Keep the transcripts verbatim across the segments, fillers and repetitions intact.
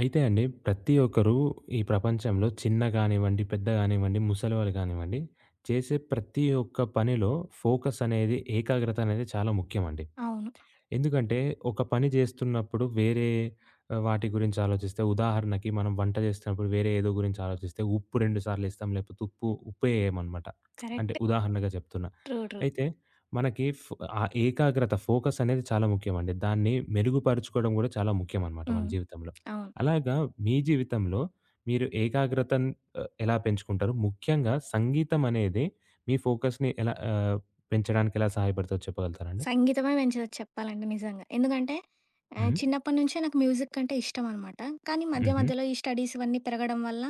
అయితే అండి ప్రతి ఒక్కరు ఈ ప్రపంచంలో చిన్న గానివ్వండి, పెద్ద గానివ్వండి, ముసలివాళ్ళు గానివ్వండి, చేసే ప్రతి ఒక్క పనిలో ఫోకస్ అనేది, ఏకాగ్రత అనేది చాలా ముఖ్యమండి. అవును. ఎందుకంటే, ఒక పని జేస్తున్నప్పుడు వేరే ఆహ్, వాటి గురించి ఆలోచిస్తే, ఉదాహరణకి మనం వంట జేస్తున్నప్పుడు వేరే ఏదో గురించి ఆలోచిస్తే ఉప్పు రెండు సార్లేస్తాం. లేకపోతే ఉప్పు ఉప్పే ఏయమనమాట. అంటే కరెక్ట్. ఉదాహరణగా చెప్తున్నా. ట్రూ. ట్రూ. అయితే మనకి ఫ్ ఆ ఏకాగ్రత, ఫోకస్ అనేది చాలా ముఖ్యమండి. దాన్ని మెరుగుపరుచుకోవడం గూడా చాలా ముఖ్యమనమాట మన హ్మ్. జీవితంలో. అవును. అలాగా మీ జీవితంలో మీరు ఏకాగ్రతను ఆహ్, ఎలా పెంచుకుంటారు? ముఖ్యంగా సంగీతం అనేది మీ ఫోకస్‌ని ఎలా ఆహ్, పెంచడానికి ఎలా సహాయపడతదో చెప్పగలుగుతారా అండి? సంగీతమే పెంచేయొచ్చు చెప్పాలంటే నిజంగా. ఎందుకంటే ఆహ్, హ్మ్. చిన్నప్పటి నుంచే నాకు మ్యూజిక్ అంటే ఇష్టమనమాట. కానీ మధ్య హుహు. మధ్యలో ఈ స్టడీస్ ఇవన్నీ పెరగడం వల్ల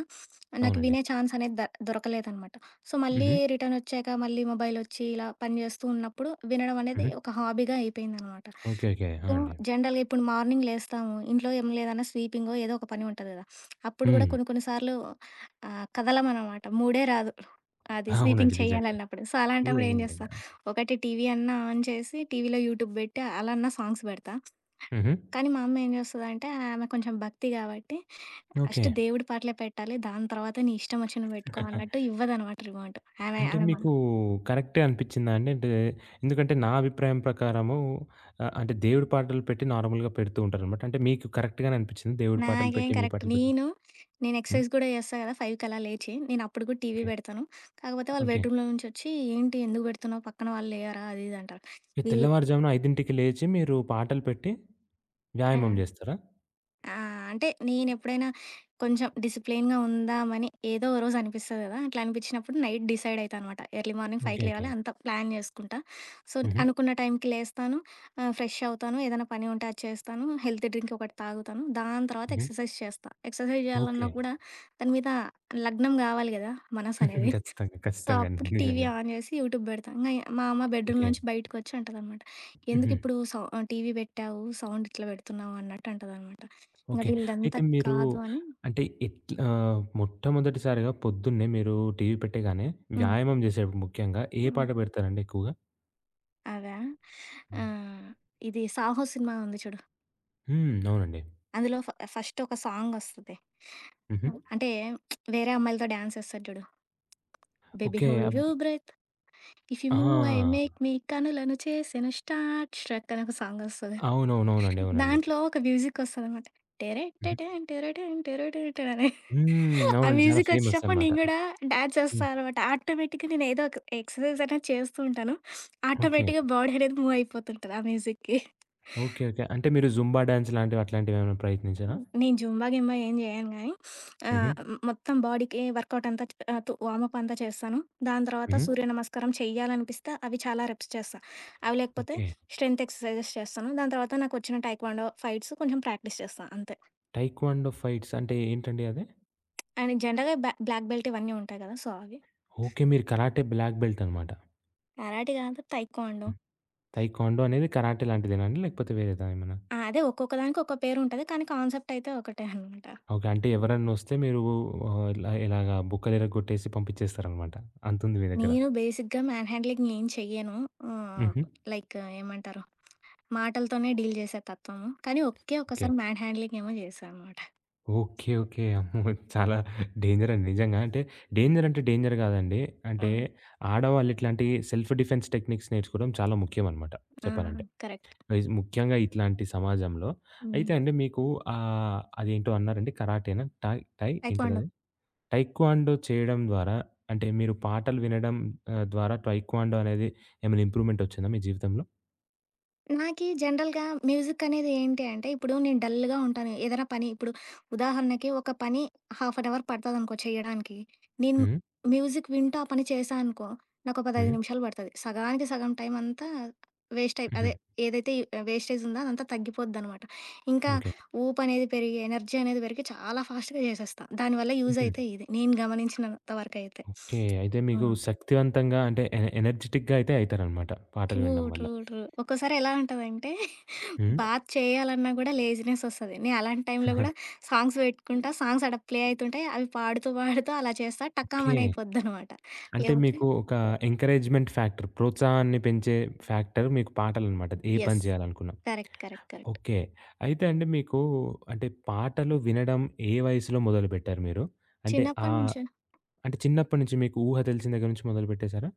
నాకు అవునండి. వినే ఛాన్స్ అనేది ద దొరకలేదనమాట. సో, మళ్ళీ హుహు. రిటర్నొచ్చాక మళ్ళీ మొబైలొచ్చి ఇలా పని జేస్తూ ఉన్నప్పుడు వినడం అనేది హుహు. ఒక హాబీగా అయిపోయిందనమాట. ఓకే, ఓకే, ఆ! సో, అండి. జనరల్‌గా ఇప్పుడు మార్నింగ్ లేస్తాము. ఇంట్లో ఏం లేదన్నా స్వీపింగో ఏదో ఒక పని ఉంటది గదా! అప్పుడు గూడా హ్మ్. కొన్ని కొన్ని సార్లు ఆహ్, కదలమనమాట. మూడే రాదు. అది అవునండి, స్వీపింగ్ నిజంగా. చేయాలన్నప్పుడు. సో, అలాంటప్పుడు నిజంగా, ఏం జేస్తా, నిజంగా. ఒకటి టీవీ అన్నా ఆన్ చేసి టీవీలో యూట్యూబ్ బెట్టి అలా అన్నా సాంగ్స్ బెడతా. హుహు. కానీ మా అమ్మ ఏం జేస్తదంటే ఆమె కొంచెం భక్తి గాబట్టి, ఓకే. "ఫస్ట్ దేవుడి పాటలే పెట్టాలి. దాని తర్వాత నీ ఇష్టం ఒచ్చినవి బెట్టుకో" అన్నట్టు ఇవ్వదనమాట రిమోట్. ఆమె అంటే ఆమె మా మీకు కరెక్టే అనిపిచ్చిందా అండి? అంటే ఎందుకంటే నా అభిప్రాయం ప్రకారము ఆహ్, అంటే దేవుడి పాటలు పెట్టి నార్మల్‌గా పెడుతూ ఉంటారనమాట. అంటే మీకు కరెక్ట్ గానే అనిపిచ్చింది, దేవుడి పాటలు నాకేం పెట్టి, మీ కరెక్ట్. పాటలు పెట్టి. నేను, నేను హ్మ్. ఎక్సర్సైజ్ గూడా చేస్తా గదా! ఐదుకి అలా లేచి. నేనప్పుడు గూడా టీవీ ఓకే, బెడతాను. కాకపోతే వాళ్ళు ఓకే. బెడ్‌రూమ్‌లో నుంచొచ్చి, "ఏంటి ఎందుకు బెడుతున్నావు? పక్కన వాళ్ళు లేయరా?" అది ఇది అంటారు. మీరు వీళ్ళు తెల్లవారుజామున ఐదుకి లేచి మీరు పాటలు పెట్టి ఆ! వ్యాయామం జేస్తారా? ఆ! అంటే నేనెప్పుడైనా కొంచెం డిసిప్లిన్‌గా ఉందామని ఏదో ఓ రోజు అనిపిస్తది గదా! అట్లా అనిపించినప్పుడు నైట్ డిసైడ్ అయితా అనమాట. ఎర్లీ మార్నింగ్ ఓకే, ఐదుకి ఓకే. లేవాలి అంతా ప్లాన్ జేసుకుంటా. సో, హుహు. అనుకున్న టైంకి లేస్తాను. ఆహ్, ఫ్రెష్ అవుతాను. ఏదైనా పని ఉంటే అది చేస్తాను. హెల్తీ డ్రింక్ ఒకటి తాగుతాను. దాని తర్వాత హుహు. ఎక్సర్సైజ్ చేస్తా. Exercise okay. జేయాలన్నా కూడా దాని మీద లగ్నం గావాలి గదా! మనసనేది. ఖచ్చితంగా, సో, ఖచ్చితంగా అండి, అప్పుడు టీవీ నిజంగా. ఆన్ చేసి యూట్యూబ్ పెడతా. ఇంగ మా అమ్మ బెడ్‌రూమ్ ఓకే. నుంచి బయటకొచ్చి అంటదనమాట. హుహు. ఎందుకిప్పుడు సౌ ఆహ్, టీవీ పెట్టావు, సౌండ్ ఇట్లా పెడుతున్నావు అన్నట్టు అంటదనమాట. ఇంగ ఓకే. అయితే వీళ్ళదంతా మీరు కాదు అని అంటే ఎట్లా ఆహ్, మొట్టమొదటిసారిగా పొద్దున్నే మీరు టీవీ పెట్టగానే హ్మ్. వ్యాయామం చేసేటప్పుడు ముఖ్యంగా ఏ హ్మ్. పాట పెడతారండి ఎక్కువగా? అదా? ఆహ్, ఇది 'సాహో' సినిమా ఉంది చూడు. హ్మ్. అవునండి. అందులో ఫ ఫస్ట్ ఒక సాంగొస్తది. హుహు. అంటే వేరే అమ్మాయిలతో డాన్స్ ఏస్తాడు చూడు. Baby okay. Hold up your breath, if you move I ఆ! మేక్ మీ కనులను చేసెను స్టార్ట్, స్ట్రక్ అని ఒక సాంగొస్తది. అవునవునవునండి, అవునండి. దాంట్లో ఒక మ్యూజికొస్తదనమాట. హుహు. టెరెట్టెటన్ టెరటన్ టెరటేటన్ అని. హ్మ్. ఆ అవునండి, చాలా ఫేమస్ మ్యూజికొచ్చినప్పుడు అనమాట. నేను గూడా డాన్స్ చేస్తా హ్మ్. అనమాట. ఆటోమేటిక్‌గా నేనేదో ఒక ఎక్సర్‌సైజ్ అనేది చేస్తూ ఉంటాను. ఓకే, ఆటోమేటిక్‌గా బాడీ అనేది మూవ్ అయిపోతుంటది ఆ మ్యూజిక్‌కి. Okay, okay. అంటే మీరు జుంబా డాన్స్ లాంటివి, అట్లాంటివేమైనా ప్రయత్నించారా? నేను జుంబా, గింబా ఏం జేయను గానీ హుహు. ఆహ్, మొత్తం బాడీకి వర్కౌట్ అంతా ఆహ్, తు వార్మప్ అంతా చేస్తాను. దాని తర్వాత హుహు. సూర్య నమస్కారం చెయ్యాలనిపిస్తే అవి చాలా రెప్స్ చేస్తా. అవి లేకపోతే ఓకే. స్ట్రెంత్ ఎక్సర్‌సైజెస్ చేస్తాను. దాని తర్వాత నాకొచ్చిన టైక్వాండో ఫైట్స్ కొంచెం ప్రాక్టీస్ చేస్తా అంతే. టైక్వాండో ఫైట్స్ అంటే ఏంటండి అది? అండ్ జనరల్‌గా బ్యా బ్లాక్ బెల్ట్ ఇవన్నీ ఉంటాయి కదా! సో, అవి. ఓకే, మీరు కరాటే బ్లాక్ బెల్ట్ అనమాట. కరాటే కాదు తైక్వాండో. తైక్వాండో అనేది కరాటే లాంటిదేనాండి? లేకపోతే వేరేదా ఏమన్నా? ఆ! అదే ఒక్కొక్క దానికి ఒక్కో పేరుంటది. కానీ కాన్సెప్ట్ అయితే ఒకటే అనమాట. ఓకే. అంటే ఎవరన్నొస్తే మీరు ఆహ్, ఇలా ఇలాగా బుక్కలిరగ్గొట్టేసి పంపిచ్చేస్తారనమాట. అంతుంది మీ దగ్గర. నేను బేసిక్‌గా మ్యాన్ హ్యాండ్లింగ్ ఏం చెయ్యను. ఆహ్, హుహు. లైక్ ఏమంటారు? మాటలతోనే డీల్ చేసే తత్వము. కానీ ఒకే ఓకే, ఒక్కసారి మ్యాన్ హ్యాండ్లింగ్ ఏమో చేశా అనమాట. Okay, okay. అమ్మో! చాలా డేంజరండి, నిజంగా. అంటే డేంజరంటే డేంజర్ గాదండి. ఆ! అంటే ఆడవాళ్ళు ఇట్లాంటి సెల్ఫ్ డిఫెన్స్ టెక్నిక్స్ నేర్చుకోవడం చాలా ముఖ్యమనమాట ఆ! చెప్పాలంటే. కరెక్ట్. వైజ్ ముఖ్యంగా ఇట్లాంటి సమాజంలో. హ్మ్. అయితే అండి మీకు ఆహ్, అదేంటో అన్నారండి, కరాటేనా? టాయ్ టై తైక్వాండో. ఏంటదది? టైక్వాండో చేయడం ద్వారా అంటే మీరు పాటలు వినడం ఆహ్, ద్వారా టైక్వాండో అనేది ఏమైనా ఇంప్రూవ్‌మెంట్ వచ్చిందా మీ జీవితంలో? నాకీ జనరల్‌గా మ్యూజిక్కనేది ఏంటి అంటే, ఇప్పుడు నేను డల్‌గా ఉంటాను. ఏదైనా పని ఇప్పుడు ఉదాహరణకి ఒక పని హాఫ్ అన్ అవర్ పడతదనుకో చెయ్యడానికి. నేను హ్మ్. మ్యూజిక్ వింటూ ఆ పని చేశా అనుకో, నాకో పదిహేను హ్మ్. నిమిషాలు పడతది. సగానికి సగం టైమంతా వేస్ట్ అయి హుహు. అదే ఏదైతే వేస్టేజుందో అదంతా తగ్గిపోద్దనమాట. ఇంకా ఓకే. ఊపనేది పెరిగి, ఎనర్జీ అనేది పెరిగి చాలా ఫాస్ట్‌గా చేసేస్తా. దానివల్ల హుహు. యూజయితే ఇది. నేను గమనించినంత వరకయితే. ఓకే. అయితే మీకు హ్మ్. శక్తివంతంగా అంటే ఎ ఎనర్జిటిక్‌గా అయితే అయితారనమాట పాటలు ట్రూ. వినడం వల్ల. ట్రూ. ట్రూ. ఒక్కోసారి ఎలా ఉంటదంటే హ్మ్. బాత్ చేయాలన్నా గూడా లేజినెస్ ఒస్తది. నేను అలాంటి టైంలో గూడా సాంగ్స్ పెట్టుకుంటా. సాంగ్స్ ఆడ ప్లే అయితుంటాయి. అవి పాడుతూ, పాడుతూ అలా చేస్తా. ఓకే. టకామని అయిపోద్దనమాట. అంటే లేకపోతే మీకు ఒక ఎంకరేజ్‌మెంట్ ఫ్యాక్టర్, ప్రోత్సాహాన్ని పెంచే ఫ్యాక్టర్ మీకు పాటలనమాట, ఏ పని యెస్. చేయాలనుకున్నా. కరెక్ట్. కరెక్ట్. కరెక్ట్. ఓకే. అయితే అండి మీకు అంటే పాటలు వినడం ఏ వయసులో మొదలుపెట్టారు మీరు? అంటే ఆ చిన్నప్పటి నుంచి అంటే చిన్నప్పటి నుంచి మీకు ఊహ తెలిసిన దగ్గర నుంచి మొదలుపెట్టేసారా?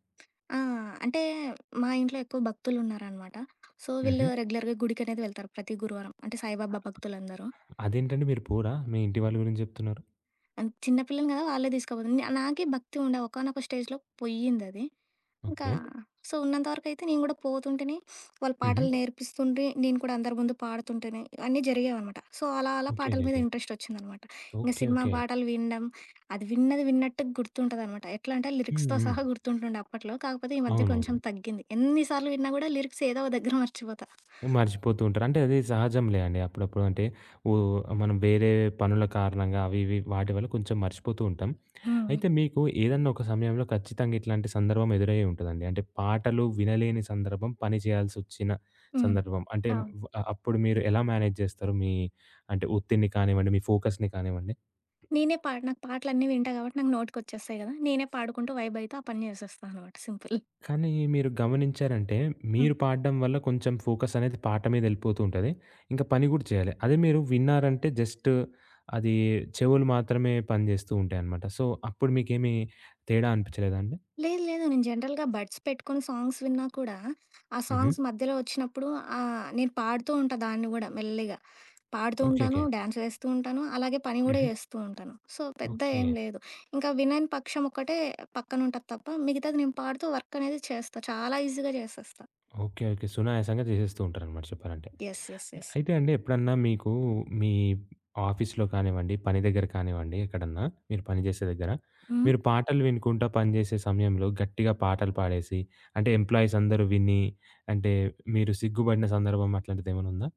ఆ! అంటే మా ఇంట్లో ఎక్కువ భక్తులున్నారనమాట. సో, హుహు. వీళ్ళు రెగ్యులర్‌గా గుడికనేది వెళ్తారు ప్రతి గురువారం. అంటే సాయిబాబా భక్తులందరూ. అదేంటండి మీరు పోరా? మీ ఇంటి వాళ్ళ గురించి జెప్తున్నారు. అండ్ చిన్న పిల్లని గదా! వాళ్ళే తీసుకపోతున్నారు. నాకే భక్తి ఉండే ఒకానొక స్టేజ్‌లో పోయిందది. ఇంకా ఓకే. సో ఉన్నంత వరకైతే నేను గూడా పోతుంటేనే, వాళ్ళు హుహు. పాటలు నేర్పిస్తుండ్రి, నేను కూడా అందరి ముందు పాడుతుంటేనే, అన్నీ జరిగేవనమాట. సో, అలా అలా ఓకే, పాటల మీద ఓకే, ఇంట్రెస్టొచ్చిందనమాట. ఇంక ఓకే, సినిమా ఓకే, ఓకే. పాటలు వినడం, అది విన్నది విన్నట్టు గుర్తుంటదనమాట. ఎట్లా అంటే హ్మ్. లిరిక్స్‌తో హ్మ్. సహా గుర్తుంటుండే అప్పట్లో. కాకపోతే ఈ మధ్య కొంచెం అవునవును. తగ్గింది. ఎన్ని సార్లు విన్నా గూడా లిరిక్స్ ఏదో ఓ దగ్గర మర్చిపోతా. మర్చిపోతూ ఉంటారు. అంటే అది సహజంలే అండి. అప్పుడప్పుడు అంటే ఓ మనం వేరే పనుల కారణంగా అవి ఇవి వాటి వల్ల కొంచెం మర్చిపోతూ ఉంటాం. హ్మ్. అయితే మీకు ఏదన్నా ఒక సమయంలో ఖచ్చితంగా ఇట్లాంటి సందర్భం ఎదురయ్యే ఉంటదండి. అంటే పాటలు వినలేని సందర్భం, పని చేయాల్సొచ్చిన హ్మ్. సందర్భం. అంటే అవును. వ్ అప్పుడు మీరు ఎలా మేనేజ్ జేస్తారు? మీ అంటే ఒత్తిడిని కానివ్వండి, మీ ఫోకస్‌ని కానివ్వండి? నేనే పాడి నాకు పాటలన్నీ వింటా గాబట్టి నాకు నోటికొచ్చేస్తాయి గదా! నేనే పాడుకుంటూ వైబ్ అయితా ఆ పని జేసేస్తా అనమాట సింపుల్. కానీ మీరు గమనించారంటే, హ్మ్. మీరు పాడడం వల్ల కొంచెం ఫోకస్ అనేది పాట మీద ఎళ్ళిపోతూ ఉంటది. ఇంకా పని గూడా చేయాలి. అదే మీరు విన్నారంటే జస్ట్ అది చెవులు మాత్రమే పనిజేస్తూ ఉంటాయనమాట. సో, అప్పుడు మీకేమి తేడా అనిపించలేదా అండి? లేదు లేదు. నేను జనరల్‌గా బడ్స్ పెట్టుకొని సాంగ్స్ విన్నా కూడా, ఆ హుహు. సాంగ్స్ మధ్యలో వచ్చినప్పుడు ఆహ్, నేను పాడుతూ ఉంటా దాన్ని గూడా మెల్లిగా. పాడుతూ ఓకే, ఉంటాను, ఓకే. డాన్స్ వేస్తూ ఉంటాను, అలాగే పని గూడా హుహు. చేస్తూ ఉంటాను. సో, పెద్ద ఓకే, ఏం లేదు. ఇంకా వినని పక్షం ఒక్కటే పక్కనుంటది తప్ప, మిగతాది నేను పాడుతూ వర్క్ అనేది చేస్తా. చాలా ఈజీగా చేసేస్తా. Okay, okay. సునాయాసంగా చేసేస్తూ ఉంటారనమాట చెప్పాలంటే. యెస్. యెస్. యెస్. అయితే అండి ఎప్పుడన్నా మీకు మీ ఆఫీస్‌లో కానివ్వండి, పని దగ్గర కానివ్వండి, ఎక్కడన్నా మీరు పని జేసే దగ్గర, హ్మ్. మీరు పాటలు వినుకుంటా పనిజేసే సమయంలో గట్టిగా పాటలు పాడేసి, అంటే ఎంప్లాయీస్ అందరూ విని, అంటే మీరు సిగ్గుబడిన సందర్భం అట్లాంటిదేమైనా ఉందా?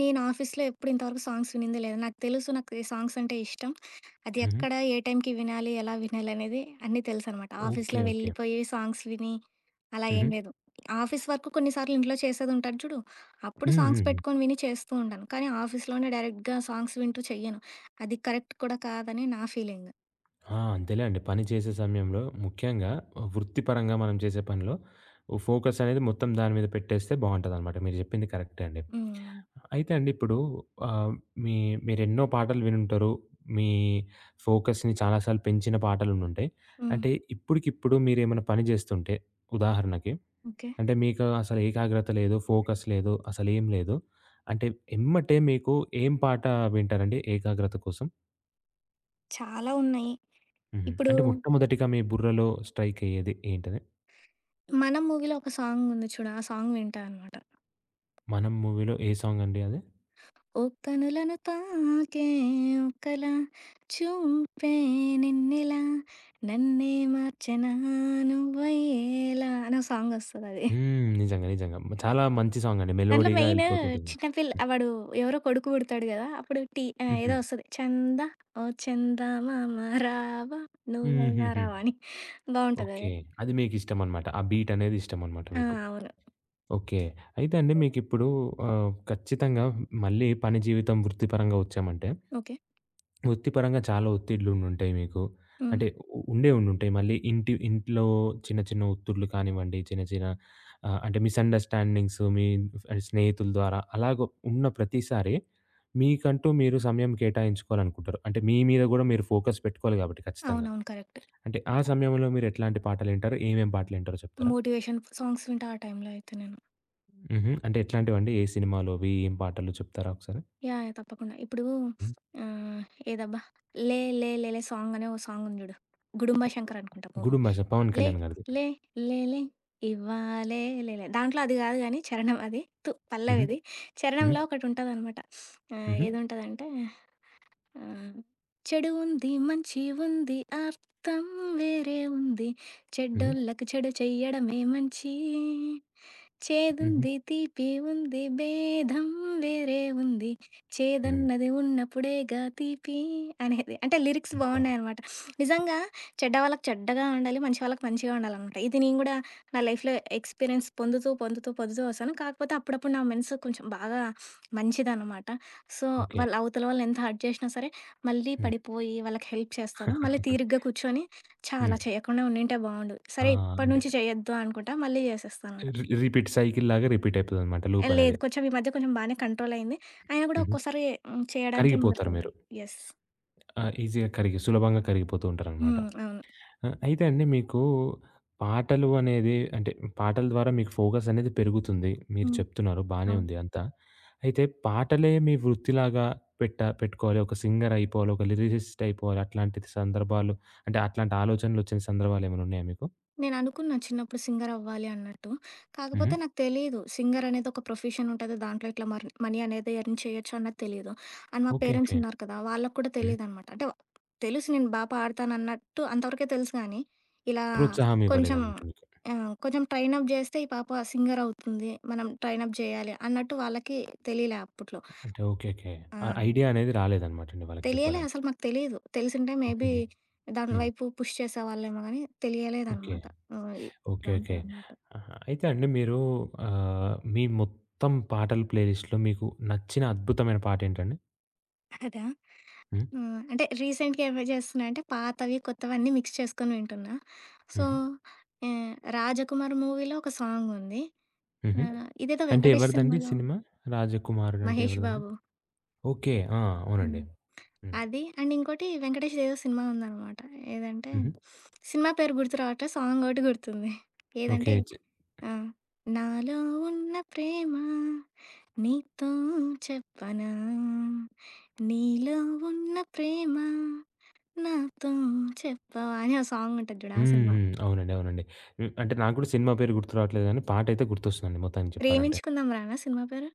నేను ఆఫీస్‌లో ఎప్పుడు ఇంతవరకు సాంగ్స్ వినిందే లేదు. నాకు తెలుసు నాకు ఈ సాంగ్స్ అంటే ఇష్టం. అది హుహు. ఎక్కడ, ఏ టైంకి వినాలి, ఎలా వినాలి అనేది అన్నీ తెలుసనమాట. ఓకే, ఆఫీస్‌లో ఓకే. వెళ్ళిపోయి సాంగ్స్ విని అలా ఏం హుహు. లేదు. ఆఫీస్ వర్క్ కొన్నిసార్లు ఇంట్లో చేసేదుంటది చూడు, అప్పుడు హ్మ్, సాంగ్స్ హ్మ్, హ్మ్. పెట్టుకొని విని చేస్తూ ఉంటాను. కానీ ఆఫీస్‌లోనే డైరెక్ట్‌గా సాంగ్స్ వింటూ చెయ్యను. అది కరెక్ట్ కూడా కాదని నా ఫీలింగ్. ఆ! అంతేలేండి. పని చేసే సమయంలో ముఖ్యంగా వృత్తిపరంగా మనం చేసే పనిలో ఫోకస్ అనేది మొత్తం దాని మీద పెట్టేస్తే బావుంటదనమాట. మీరు జెప్పింది కరెక్టే అండి. హ్మ్. అయితే అండి ఇప్పుడు ఆహ్, మీ మీరెన్నో పాటలు వినుంటారు. మీ ఫోకస్‌ని చాలా సార్లు పెంచిన పాటలుండుంటాయి. హ్మ్. అంటే ఇప్పటికిప్పుడు మీరేమైనా పని జేస్తుంటే ఉదాహరణకి, ఓకే. అంటే మీకు అసలు ఏకాగ్రత లేదు, ఫోకస్ లేదు, అసలేం లేదు. అంటే ఎమ్మటే మీకు ఏం పాట వింటారండి ఏకాగ్రత కోసం? చాలా ఉన్నాయి. హుహు. ఇప్పుడు అంటే మొట్టమొదటిగా మీ బుర్రలో స్ట్రైక్ అయ్యేది ఏంటది? 'మనం' మూవీలో ఒక సాంగ్ ఉంది చూడు, ఆ సాంగ్ వింటా అనమాట. 'మనం' మూవీలో ఏ సాంగ్ అండి అది? "ఒక్కనులను తాకే ఒక్కలా చూపే నిన్నెలా నన్నే మార్చెనా నువ్వయ్యేలా" అని ఒక సాంగొస్తదది. హ్మ్. నిజంగా, నిజంగా. చాలా మంచి సాంగ్ అండి, దాంట్లో మెలోడీగా మెయిన్ ఎళ్ళిపోతుంటది. చిన్న పిల్ల హ్మ్. వాడు ఎవరో కొడుకు పుడతాడు గదా! అప్పుడు టీ ఆహ్, హుహు. ఏదో వస్తది. చందా ఓ చందమామ రావా నువ్వైనా హుహుహు. రావా అని బావుంటదది. ఓకే. అది మీకిష్టమనమాట, ఆ బీటనేది ఇష్టమనమాట ఆ! మీకు. అవును. ఓకే. అయితే అండి మీకిప్పుడు ఆహ్, ఖచ్చితంగా మళ్ళీ పని జీవితం, వృత్తిపరంగా వచ్చామంటే, ఓకే. వృత్తిపరంగా చాలా ఒత్తిడ్లుండుంటాయి మీకు. హ్మ్. అంటే ఉ ఉండే ఉండుంటాయి. మళ్ళీ ఇంటి ఇంట్లో చిన్న చిన్న ఒత్తిడ్లు కానివ్వండి, చిన్న చిన్న ఆహ్, అంటే మిస్‌అండర్‌స్టాండింగ్స్ మీ స్నేహితుల ద్వారా అలాగ ఉన్న ప్రతిసారి మీకంటూ మీరు సమయం కేటాయించుకోవాలనుకుంటారు. అంటే మీ మీద గూడా మీరు ఫోకస్ పెట్టుకోవాలి గాబట్టి, ఖచ్చితంగా. అవునవును. కరెక్ట్. అంటే ఆ సమయంలో మీరెట్లాంటి పాటలింటారు? ఏమేం పాటలింటారో చెప్తారా? మోటివేషన్ సాంగ్స్ వింటా ఆ టైంలో అయితే నేను. హుహు. అంటే ఎట్లాంటివండి? ఏ సినిమాలోవి? ఏం పాటలో చెప్తారా ఒకసారి? యాహ్! యాహ్! తప్పకుండా. ఇప్పుడు హ్మ్. ఆహ్, ఏదబ్బా! 'లే లే లేలే' సాంగ్ అనే ఓ సాంగ్ ఉంది జూడు. 'గుడుంబ శంకర్' అనుకుంటా మూవీ. 'గుడుంబాష' పవన్ లే కళ్యాణ్ గారిది. లే లేలే ఇవ్వాలే లేలే దాంట్లో అది గాదు గానీ చరణం అది. తు హుహు. పల్లవిది. హ్మ్. చరణంలో ఒకటుంటదనమాట. ఆహ్, హుహు. ఏదుంటదంటే ఆహ్, చెడు ఉంది, మంచి ఉంది, అర్థం వేరే ఉంది. హుహు. చెడ్డోళ్ళకి చెడు చెయ్యడమే మంచి. హుహు. చేదుంది, తీపి ఉంది, భేదం వేరే ఉంది. హ్మ్. చేదన్నది ఉన్నప్పుడేగా తీపి అనేది. అంటే లిరిక్స్ ఆ! బాగున్నాయనమాట. నిజంగా చెడ్డ వాళ్ళకి చెడ్డగా ఉండాలి. మంచి వాళ్ళకి మంచిగా ఉండాలనమాట. ఇది నేను గూడా నా లైఫ్‌లో ఎక్స్‌పీరియన్స్ పొందుతూ, పొందుతూ, పొందుతూ వస్తాను. కాకపోతే అప్పుడప్పుడు నా మనసు కొంచెం బాగా మంచిదనమాట. So, okay. వాళ్ళు అవతల వాళ్ళు ఎంత హర్ట్ చేసినా సరే, మళ్ళీ హ్మ్. పడిపోయి వాళ్ళకి హెల్ప్ చేస్తాను. మళ్ళీ హ్మ్. తీరిగ్గా కూర్చొని, ఛా! అలా చేయకుండా ఉండింటే బావుండు. ఆ! సరే ఇప్పటి అంటే నుంచి చేయొద్దు అనుకుంటా. మళ్ళీ చేసేస్తానమాట. రి రిపీట్ సైకిల్‌లాగా రిపీట్ అయితదనమాట ఆ! లేదు. లూపనేది. కొంచెం ఈ మధ్య కొంచెం బానే కంట్రోలయింది. అయినా గూడా హుహు. ఒక్కోసారి హ్మ్. చేయడానికే కరిగిపోతారు మీరు. ముందరకెళ్తాడు. యెస్. ఆ! ఈజీ‌గా కరిగి, సులభంగా కరిగిపోతూ ఉంటారనమాట. హ్మ్. అవును. ఆ! అయితే అండి మీకు పాటలు అనేది అంటే పాటల ద్వారా మీకు ఫోకస్ అనేది పెరుగుతుంది, మీరు హ్మ్. చెప్తున్నారు, బానే అవును. ఉంది అంతా. అయితే పాటలే మీ వృత్తిలాగా పెట్ట పెట్టుకోవాలి, ఒక సింగర్ అయిపోవాలి, ఒక లిరిసిస్ట్ అయిపోవాలి, అట్లాంటి సందర్భాలు అంటే అట్లాంటి ఆలోచనలు వచ్చిన సందర్భాలు ఏమైనా ఉన్నాయా మీకు? నేననుకున్నా చిన్నప్పుడు సింగరవ్వాలి అన్నట్టు. హుహు. కాకపోతే నాకు తెలీదు. సింగరనేది ఒక ప్రొఫెషన్ ఉంటది. దాంట్లో ఇట్లా మర్ మనీ అనేది ఎర్న్ చేయొచ్చు అన్నది తెలీదు. అండ్ మా ఓకే, పేరెంట్స్ ఓకే. ఉన్నారు కదా! వాళ్ళకి కూడా హ్మ్. తెలీదనమాట. అంటే వా- తెలుసు నేను బా పాడతానన్నట్టు అంతవరకే తెలుసు గానీ, ఇలా ప్రోత్సాహం కొంచెం ఇవ్వలేదన్నమాట మీకు. ఆహ్, కొంచెం ట్రైనప్ జేస్తే ఈ పాప సింగరవుతుంది. మనం ట్రైనప్ జేయాలి అన్నట్టు వాళ్ళకి తెలీలే అప్పట్లో. అంటే ఓకే, ఓకే. ఆ! ఆ ఐడియా అనేది రాలేదన్నమాట అండి వాళ్ళకి తెలియలే చెప్పాలంటే. అసలు మాకు తెలీదు. తెలిసుంటే మేబీ హుహు. దాని హ్మ్. వైపు పుష్ చేసేవాళ్ళేమో గానీ ఓకే, తెలియలేదనమాట. ఆహ్, ఇ ఇలా ఓకే, ఓకే. ఉంటదనమాట. ఆహా! అయితే అండి మీరు ఆహ్, మీ మొత్తం పాటల ప్లేలిస్ట్‌లో మీకు నచ్చిన అద్భుతమైన పాటేంటండి? అదా! హ్మ్. హ్మ్. అంటే రీసెంట్‌గా ఏమి చేస్తున్నా అంటే పాతవి, కొత్తవన్నీ మిక్స్ చేసుకొని వింటున్నా. సో, హుహు. ఆహ్, 'రాజకుమార్' మూవీలో ఒక సాంగుంది. హుహు. ఆహ్, ఇదేదో అంటే వెంకటేష్ ఎవరిదండి సినిమాలో సినిమా? 'రాజకుమారుడు' అంటే 'మహేష్ ఎవరిదండి? బాబు' ఓకే, ఆ! అవునండి. హ్మ్. హ్మ్. అది అండ్ ఇంకోటి వెంకటేష్‌ది ఏదో సినిమా ఉందనమాట. ఏదంటే హుహు. సినిమా పేరు గుర్తు రావట్లే సాంగొకటి గుర్తుంది. ఏదంటే ఓకే. చ్ ఆ! నాలో ఉన్న ప్రేమ నీతో చెప్పనా నీలో ఉన్న ప్రేమ నాతో చెప్పవా అని ఆ సాంగ్ ఉంటది చూడు ఆ హ్మ్. సినిమా. హ్మ్. అవునండి, అవునండి. హ్మ్. అంటే నాకు గూడా సినిమా పేరు గుర్తు రావట్లేదు గానీ పాటైతే గుర్తొస్తుందండి మొత్తానికి చెప్పాలంటే. 'ప్రేమించుకుందాం రా' నా సినిమా పేరు?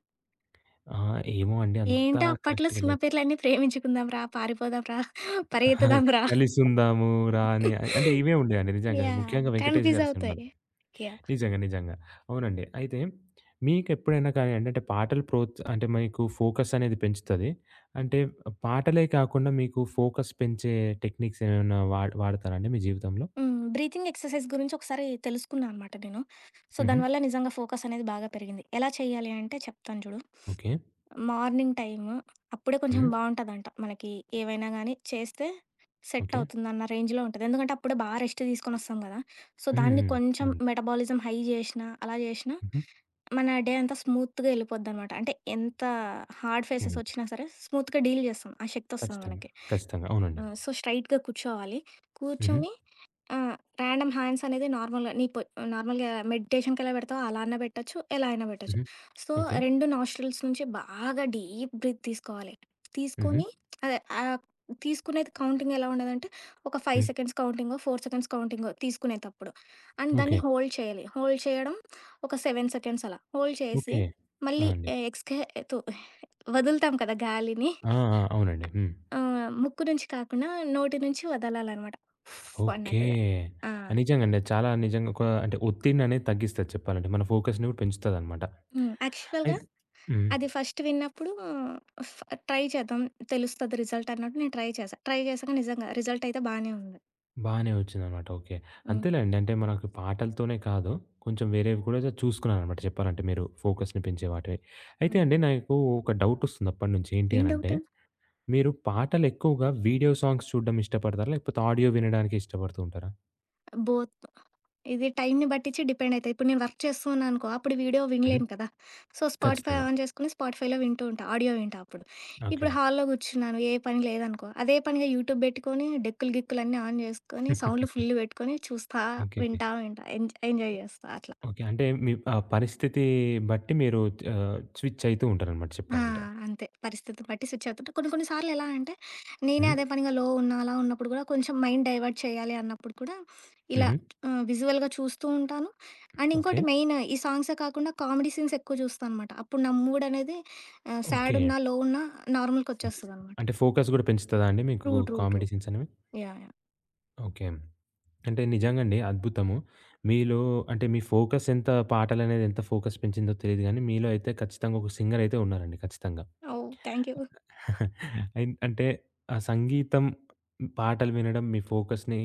ఆ! ఏమో అండి, అంతా ఏంటో అప్పట్లో కరెక్ట్‌గా సినిమా లేదు. పేర్లన్నీ 'ప్రేమించుకుందాం రా', 'పారిపోదాం రా', 'పరిగెత్తుదాం రా' కలిసుందాము రా అనే, అంటే ఇవే ఉండేయండి నిజంగా, యాహ్! ముఖ్యంగా వెంకటేష్ కన్‌ఫ్యూజ్ గారి సినిమాలు. అవుతాయి. యాహ్! నిజంగా, నిజంగా. అవునండి. అయితే మీకెప్పుడైనా కానీ, ఏంటంటే పాటలు ప్రోత్ అంటే మీకు ఫోకస్ అనేది పెంచుతది. అంటే పాటలే కాకుండా మీకు ఫోకస్ పెంచే టెక్నిక్స్ ఏమైనా వాడ్ వాడతారా అండి మీ జీవితంలో? హ్మ్. బ్రీతింగ్ ఎక్సర్‌సైజ్ గురించి ఒకసారి తెలుసుకున్నా అనమాట నేను. సో, హుహు. దానివల్ల నిజంగా ఫోకస్ అనేది బాగా పెరిగింది. ఎలా చేయాలి అంటే చెప్తాను చూడు. ఓకే. Morning time. అప్పుడే కొంచెం హ్మ్. బావుంటదంట. మనకి ఏవైనా గానీ చేస్తే సెట్ ఓకే. అవుతుందన్న రేంజ్‌లో ఉంటది. ఎందుకంటే అప్పుడే బా రెస్ట్ తీసుకొనొస్తాం గదా! సో, హ్మ్. దాన్ని హ్మ్. కొంచెం అవునండి. మెటబాలిజం హై జేషినా, అలా జేషినా హుహు. మన డే అంతా స్మూత్‌గా యెళ్ళిపోద్దనమాట. అంటే ఎంత హార్డ్ ఫేసెస్ హ్మ్. ఒచ్చినా సరే స్మూత్‌గా డీల్ జేస్తాం. ఆ శక్తొస్తది ఖచ్చితంగా, మనకి. ఖచ్చితంగా, అవునండి. ఆహ్, సో, స్ట్రెయిట్‌గా కూర్చోవాలి. హుహు. కూర్చొని ఆ! ర్యాండమ్ హ్యాండ్స్ అనేది నార్మల్‌గా నీ పొ నార్మల్‌గా మెడిటేషన్‌కెలా పెడతావో అలా అన్నా పెట్టొచ్చు. ఎలా అయినా పెట్టొచ్చు. హుహు. So, okay. రెండు నాస్ట్రిల్స్ నుంచి బాగా డీప్ బ్రీత్ తీసుకోవాలి. హుహు. తీసుకొని అదే ఆహ్, తీసుకునేది కౌంటింగ్ ఎలా ఉండదంటే, ఒక ఐదు హ్మ్. సెకండ్స్ కౌంటింగో, నాలుగు సెకండ్స్ కౌంటింగో తీసుకునేతప్పుడు. అండ్ ఓకే, దాన్ని హోల్డ్ చేయాలి. హోల్డ్ చేయడం ఒక ఏడు సెకండ్స్ అలా. హోల్డ్ చేసి ఓకే, ఆ! మళ్ళీ అండి. ఎ ఎక్స్‌కే తు వదులుతాం కదా గాలిని. ఆ! ఆ! అవునండి. హ్మ్. ఆహ్, ముక్కు నుంచి కాకుండా నోటి నుంచి వదలాలనమాట. ఉఫ్ ఓకే. అన్నట్టుగా. ఆ! నిజంగండి, అది చాలా నిజంగా ఒక అంటే ఒత్తిడిననేది తగ్గిస్తది చెప్పాలంటే, మన ఫోకస్‌ని గూడా పెంచుతదనమాట. హ్మ్. అయి యాక్చువల్‌గా హ్మ్. అది ఫస్ట్ విన్నప్పుడు ఫ్ ట్రై చేద్దాం తెలుస్తది రిజల్ట్ అన్నట్టు నేను ట్రై చేశా. ట్రై చేశాక నిజంగా రిజల్ట్ అయితే బానే ఉంది. బానే వచ్చిందనమాట. ఓకే. హ్మ్. అంతేలేండి. అంటే మనకు పాటలతోనే కాదు, కొంచెం వేరేవి కూడా చూసుకున్నారనమాట చెప్పాలంటే మీరు, ఫోకస్‌ని పెంచే వాటివి. అయితే అండి హుహు. నాకు ఒక డౌటొస్తుంది అప్పటినుంచి, ఏంటి ఏం అనంటే, డౌట్? మీరు పాటలెక్కువగా వీడియో సాంగ్స్ చూడడం ఇష్టపడతారా? లేకపోతే ఆడియో వినడానికి ఇష్టపడుతూ ఉంటారా? బోత్ ఇది టైమ్‌ని బట్టిచ్చి డిపెండ్ అయితది. ఇప్పుడు నేను వర్క్ చేస్తూ ఉన్నా అనుకో, అప్పుడు వీడియో హుహు. వినలేను కదా! సో, స్పాటిఫై ఖచ్చితంగా. ఆన్ చేసుకొని స్పాటిఫైలో వింటూ ఉంటా. ఆడియో వింటా అప్పుడు. ఓకే. ఇప్పుడు హాల్‌లో కూర్చున్నాను ఏ పని లేదనుకో, అదే పనిగా యూట్యూబ్ పెట్టుకొని డెక్కులు, గిక్కులు అన్నీ ఆన్ చేసుకొని సౌండ్‌లు ఫుల్ పెట్టుకొని చూస్తా, ఓకే, ఓకే, వింటా, వింటా ఎంజ్ ఎంజాయ్ చేస్తా అట్లా. ఓకే. అంటే మీ ఆ పరిస్థితి బట్టి మీరు ఆహ్, స్విచ్ అయితూ ఉంటారనమాట ఆ! చెప్పాలంటే. అంతే. పరిస్థితి బట్టి స్విచ్ అవుతుంటా. కొన్ని కొన్ని సార్లు ఎలా అంటే, నేనే హ్మ్. అదే పనిగా లో ఉన్నా, అలా ఉన్నప్పుడు గూడా కొంచెం మైండ్ డైవర్ట్ చేయాలి అన్నప్పుడు కూడా ఇలా హుహు. ఆహ్, విజువల్‌గా చూస్తూ ఉంటాను. అండ్ ఓకే, ఇంకోటి మెయిన్ ఈ సాంగ్సే కాకుండా కామెడీ సీన్స్ ఎక్కువ చూస్తా అనమాట. అప్పుడు నా మూడ్ అనేది ఆహ్, సాడ్ ఓకే. ఉన్నా, లో ఉన్నా నార్మల్‌కొచ్చేస్తదనమాట. అంటే ఫోకస్ గూడా పెంచుతదా అండి మీకు true. True. True. Comedy scenes అనేవి? యాహ్! యాహ్! ఓకే. అంటే నిజంగండి అద్భుతము. మీలో అంటే మీ ఫోకస్ ఎంత, పాటలనేది ఎంత ఫోకస్ పెంచిందో తెలీదు గానీ మీలో అయితే ఖచ్చితంగా ఒక సింగర్ అయితే ఉన్నారండి ఖచ్చితంగా. ఓహ్! Thank you. అయిన్ అంటే ఆ సంగీతం, పాటలు వినడం మీ ఫోకస్‌ని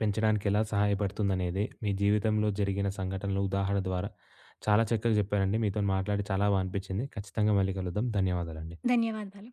పెంచడానికి ఎలా సహాయపడుతుందనేది మీ జీవితంలో జరిగిన సంఘటనలు ఉదాహరణ ద్వారా చాలా చక్కగా చెప్పారండి. మీతోని మాట్లాడి చాలా బా అనిపించింది. ఖచ్చితంగా మళ్ళీ కలుద్దాం. ధన్యవాదాలండి. ధన్యవాదాలు.